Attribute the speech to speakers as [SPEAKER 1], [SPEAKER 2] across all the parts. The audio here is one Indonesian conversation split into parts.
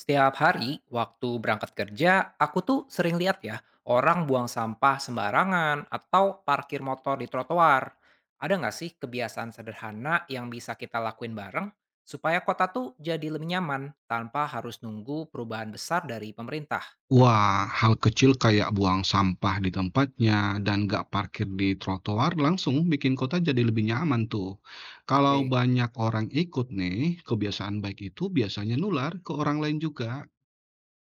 [SPEAKER 1] Setiap hari waktu berangkat kerja, aku tuh sering lihat ya, orang buang sampah sembarangan atau parkir motor di trotoar. Ada nggak sih kebiasaan sederhana yang bisa kita lakuin bareng supaya kota tuh jadi lebih nyaman tanpa harus nunggu perubahan besar dari pemerintah?
[SPEAKER 2] Wah, hal kecil kayak buang sampah di tempatnya dan nggak parkir di trotoar langsung bikin kota jadi lebih nyaman tuh. Kalau
[SPEAKER 1] Oke.
[SPEAKER 2] banyak orang ikut nih, kebiasaan baik itu biasanya nular ke orang lain juga.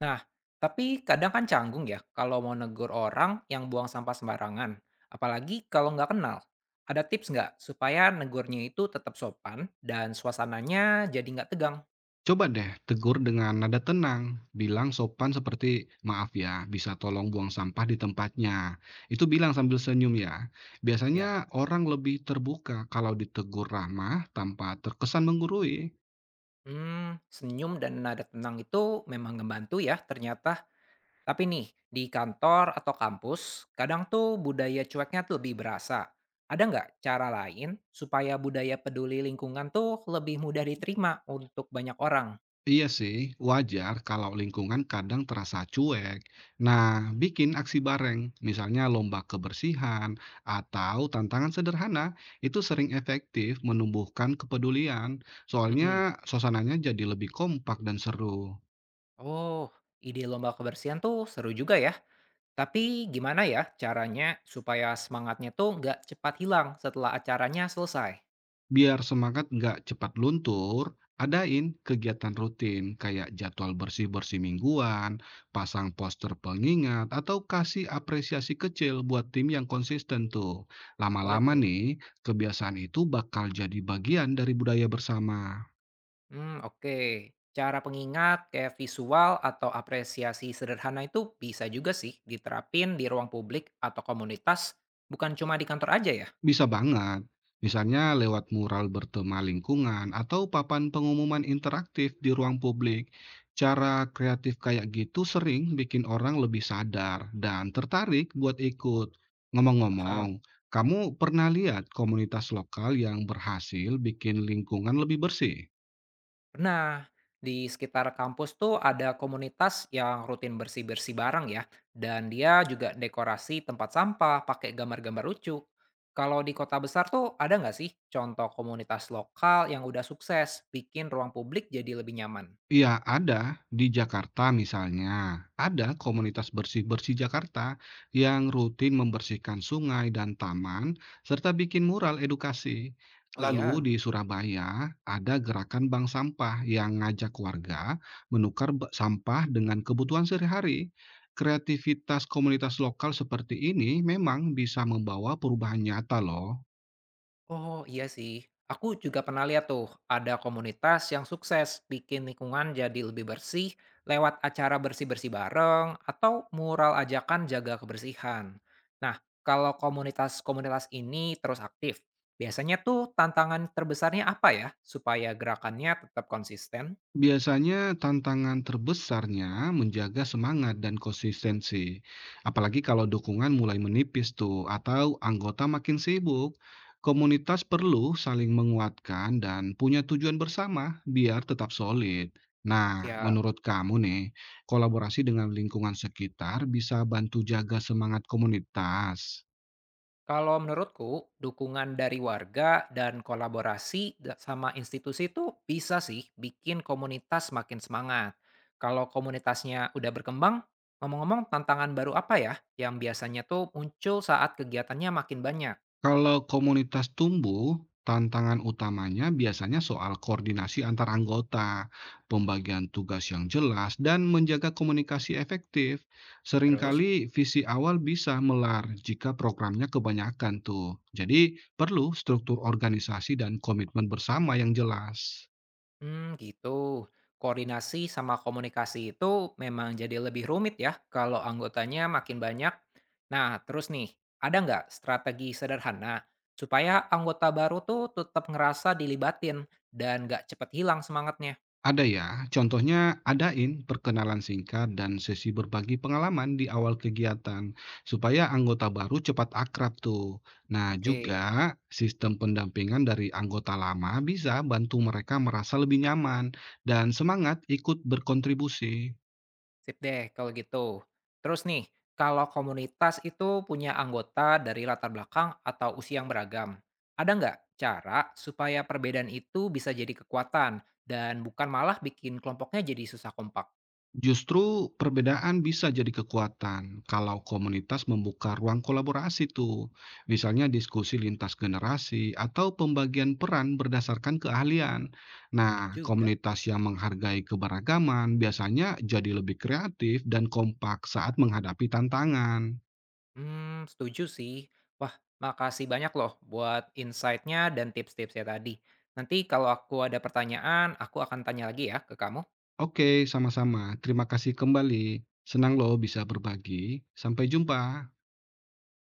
[SPEAKER 1] Nah, tapi kadang kan canggung ya kalau mau negur orang yang buang sampah sembarangan, apalagi kalau nggak kenal. Ada tips nggak supaya negurnya itu tetap sopan dan suasananya jadi nggak tegang?
[SPEAKER 2] Coba deh tegur dengan nada tenang, bilang sopan seperti maaf ya, bisa tolong buang sampah di tempatnya. Itu bilang sambil senyum ya. Biasanya
[SPEAKER 1] Ya.
[SPEAKER 2] orang lebih terbuka kalau ditegur ramah tanpa terkesan menggurui.
[SPEAKER 1] Senyum dan nada tenang itu memang membantu ya ternyata. Tapi nih, di kantor atau kampus, kadang tuh budaya cueknya tuh lebih berasa. Ada nggak cara lain supaya budaya peduli lingkungan tuh lebih mudah diterima untuk banyak orang?
[SPEAKER 2] Iya sih, wajar kalau lingkungan kadang terasa cuek. Nah, bikin aksi bareng, misalnya lomba kebersihan atau tantangan sederhana, itu sering efektif menumbuhkan kepedulian. Soalnya
[SPEAKER 1] Mhm.
[SPEAKER 2] suasananya jadi lebih kompak dan seru.
[SPEAKER 1] Oh. Ide lomba kebersihan tuh seru juga ya. Tapi gimana ya caranya supaya semangatnya tuh nggak cepat hilang setelah acaranya selesai?
[SPEAKER 2] Biar semangat nggak cepat luntur, adain kegiatan rutin kayak jadwal bersih-bersih mingguan, pasang poster pengingat, atau kasih apresiasi kecil buat tim yang konsisten tuh.
[SPEAKER 1] Boleh
[SPEAKER 2] Lama-lama
[SPEAKER 1] tuh.
[SPEAKER 2] nih, kebiasaan itu bakal jadi bagian dari budaya bersama.
[SPEAKER 1] Oke. Cara pengingat kayak visual atau apresiasi sederhana itu bisa juga sih diterapin di ruang publik atau komunitas, bukan cuma di kantor aja ya?
[SPEAKER 2] Bisa banget. Misalnya lewat mural bertema lingkungan atau papan pengumuman interaktif di ruang publik. Cara kreatif kayak gitu sering bikin orang lebih sadar dan tertarik buat ikut. Ngomong-ngomong,
[SPEAKER 1] Paham.
[SPEAKER 2] kamu pernah lihat komunitas lokal yang berhasil bikin lingkungan lebih bersih?
[SPEAKER 1] Pernah, di sekitar kampus tuh ada komunitas yang rutin bersih-bersih bareng ya, dan dia juga dekorasi tempat sampah pakai gambar-gambar lucu. Kalau di kota besar tuh ada nggak sih contoh komunitas lokal yang udah sukses bikin ruang publik jadi lebih nyaman?
[SPEAKER 2] Iya ada, di Jakarta misalnya, ada komunitas bersih-bersih Jakarta yang rutin membersihkan sungai dan taman serta bikin mural edukasi.
[SPEAKER 1] Oh,
[SPEAKER 2] Lalu
[SPEAKER 1] iya?
[SPEAKER 2] di Surabaya ada gerakan bank sampah yang ngajak warga menukar sampah dengan kebutuhan sehari-hari. Kreativitas komunitas lokal seperti ini memang bisa membawa perubahan nyata loh.
[SPEAKER 1] Oh, iya sih. Aku juga pernah lihat tuh, ada komunitas yang sukses bikin lingkungan jadi lebih bersih lewat acara bersih-bersih bareng atau mural ajakan jaga kebersihan. Nah, kalau komunitas-komunitas ini terus aktif, biasanya tuh tantangan terbesarnya apa ya supaya gerakannya tetap konsisten?
[SPEAKER 2] Biasanya tantangan terbesarnya menjaga semangat dan konsistensi. Apalagi kalau dukungan mulai menipis tuh atau anggota makin sibuk. Komunitas perlu saling menguatkan dan punya tujuan bersama biar tetap solid. Nah,
[SPEAKER 1] Ya,
[SPEAKER 2] menurut kamu nih, kolaborasi dengan lingkungan sekitar bisa bantu jaga semangat komunitas?
[SPEAKER 1] kalau menurutku, dukungan dari warga dan kolaborasi sama institusi itu bisa sih bikin komunitas makin semangat. Kalau komunitasnya udah berkembang, ngomong-ngomong tantangan baru apa ya yang biasanya tuh muncul saat kegiatannya makin banyak?
[SPEAKER 2] Kalau komunitas tumbuh, tantangan utamanya biasanya soal koordinasi antar anggota, pembagian tugas yang jelas, dan menjaga komunikasi efektif.
[SPEAKER 1] Terus?
[SPEAKER 2] Seringkali visi awal bisa melar jika programnya kebanyakan tuh. Jadi perlu struktur organisasi dan komitmen bersama yang jelas.
[SPEAKER 1] Hmm, gitu. Koordinasi sama komunikasi itu memang jadi lebih rumit ya kalau anggotanya makin banyak. Nah, terus nih, ada nggak strategi sederhana supaya anggota baru tuh tetap ngerasa dilibatin dan nggak cepet hilang semangatnya?
[SPEAKER 2] Ada ya, contohnya adain perkenalan singkat dan sesi berbagi pengalaman di awal kegiatan, supaya anggota baru cepat akrab tuh. Nah,
[SPEAKER 1] Oke.
[SPEAKER 2] juga sistem pendampingan dari anggota lama bisa bantu mereka merasa lebih nyaman dan semangat ikut berkontribusi.
[SPEAKER 1] Sip deh kalau gitu. Terus nih, kalau komunitas itu punya anggota dari latar belakang atau usia yang beragam, ada nggak cara supaya perbedaan itu bisa jadi kekuatan dan bukan malah bikin kelompoknya jadi susah kompak?
[SPEAKER 2] Justru perbedaan bisa jadi kekuatan kalau komunitas membuka ruang kolaborasi tuh. Misalnya diskusi lintas generasi atau pembagian peran berdasarkan keahlian.
[SPEAKER 1] Bener
[SPEAKER 2] Nah,
[SPEAKER 1] juga.
[SPEAKER 2] komunitas yang menghargai keberagaman biasanya jadi lebih kreatif dan kompak saat menghadapi tantangan.
[SPEAKER 1] Hmm, setuju sih. Wah, makasih banyak loh buat insight-nya dan tips-tipsnya tadi. Nanti kalau aku ada pertanyaan, aku akan tanya lagi ya ke kamu.
[SPEAKER 2] Oke, sama-sama. Terima kasih kembali. Senang loh bisa berbagi. Sampai jumpa.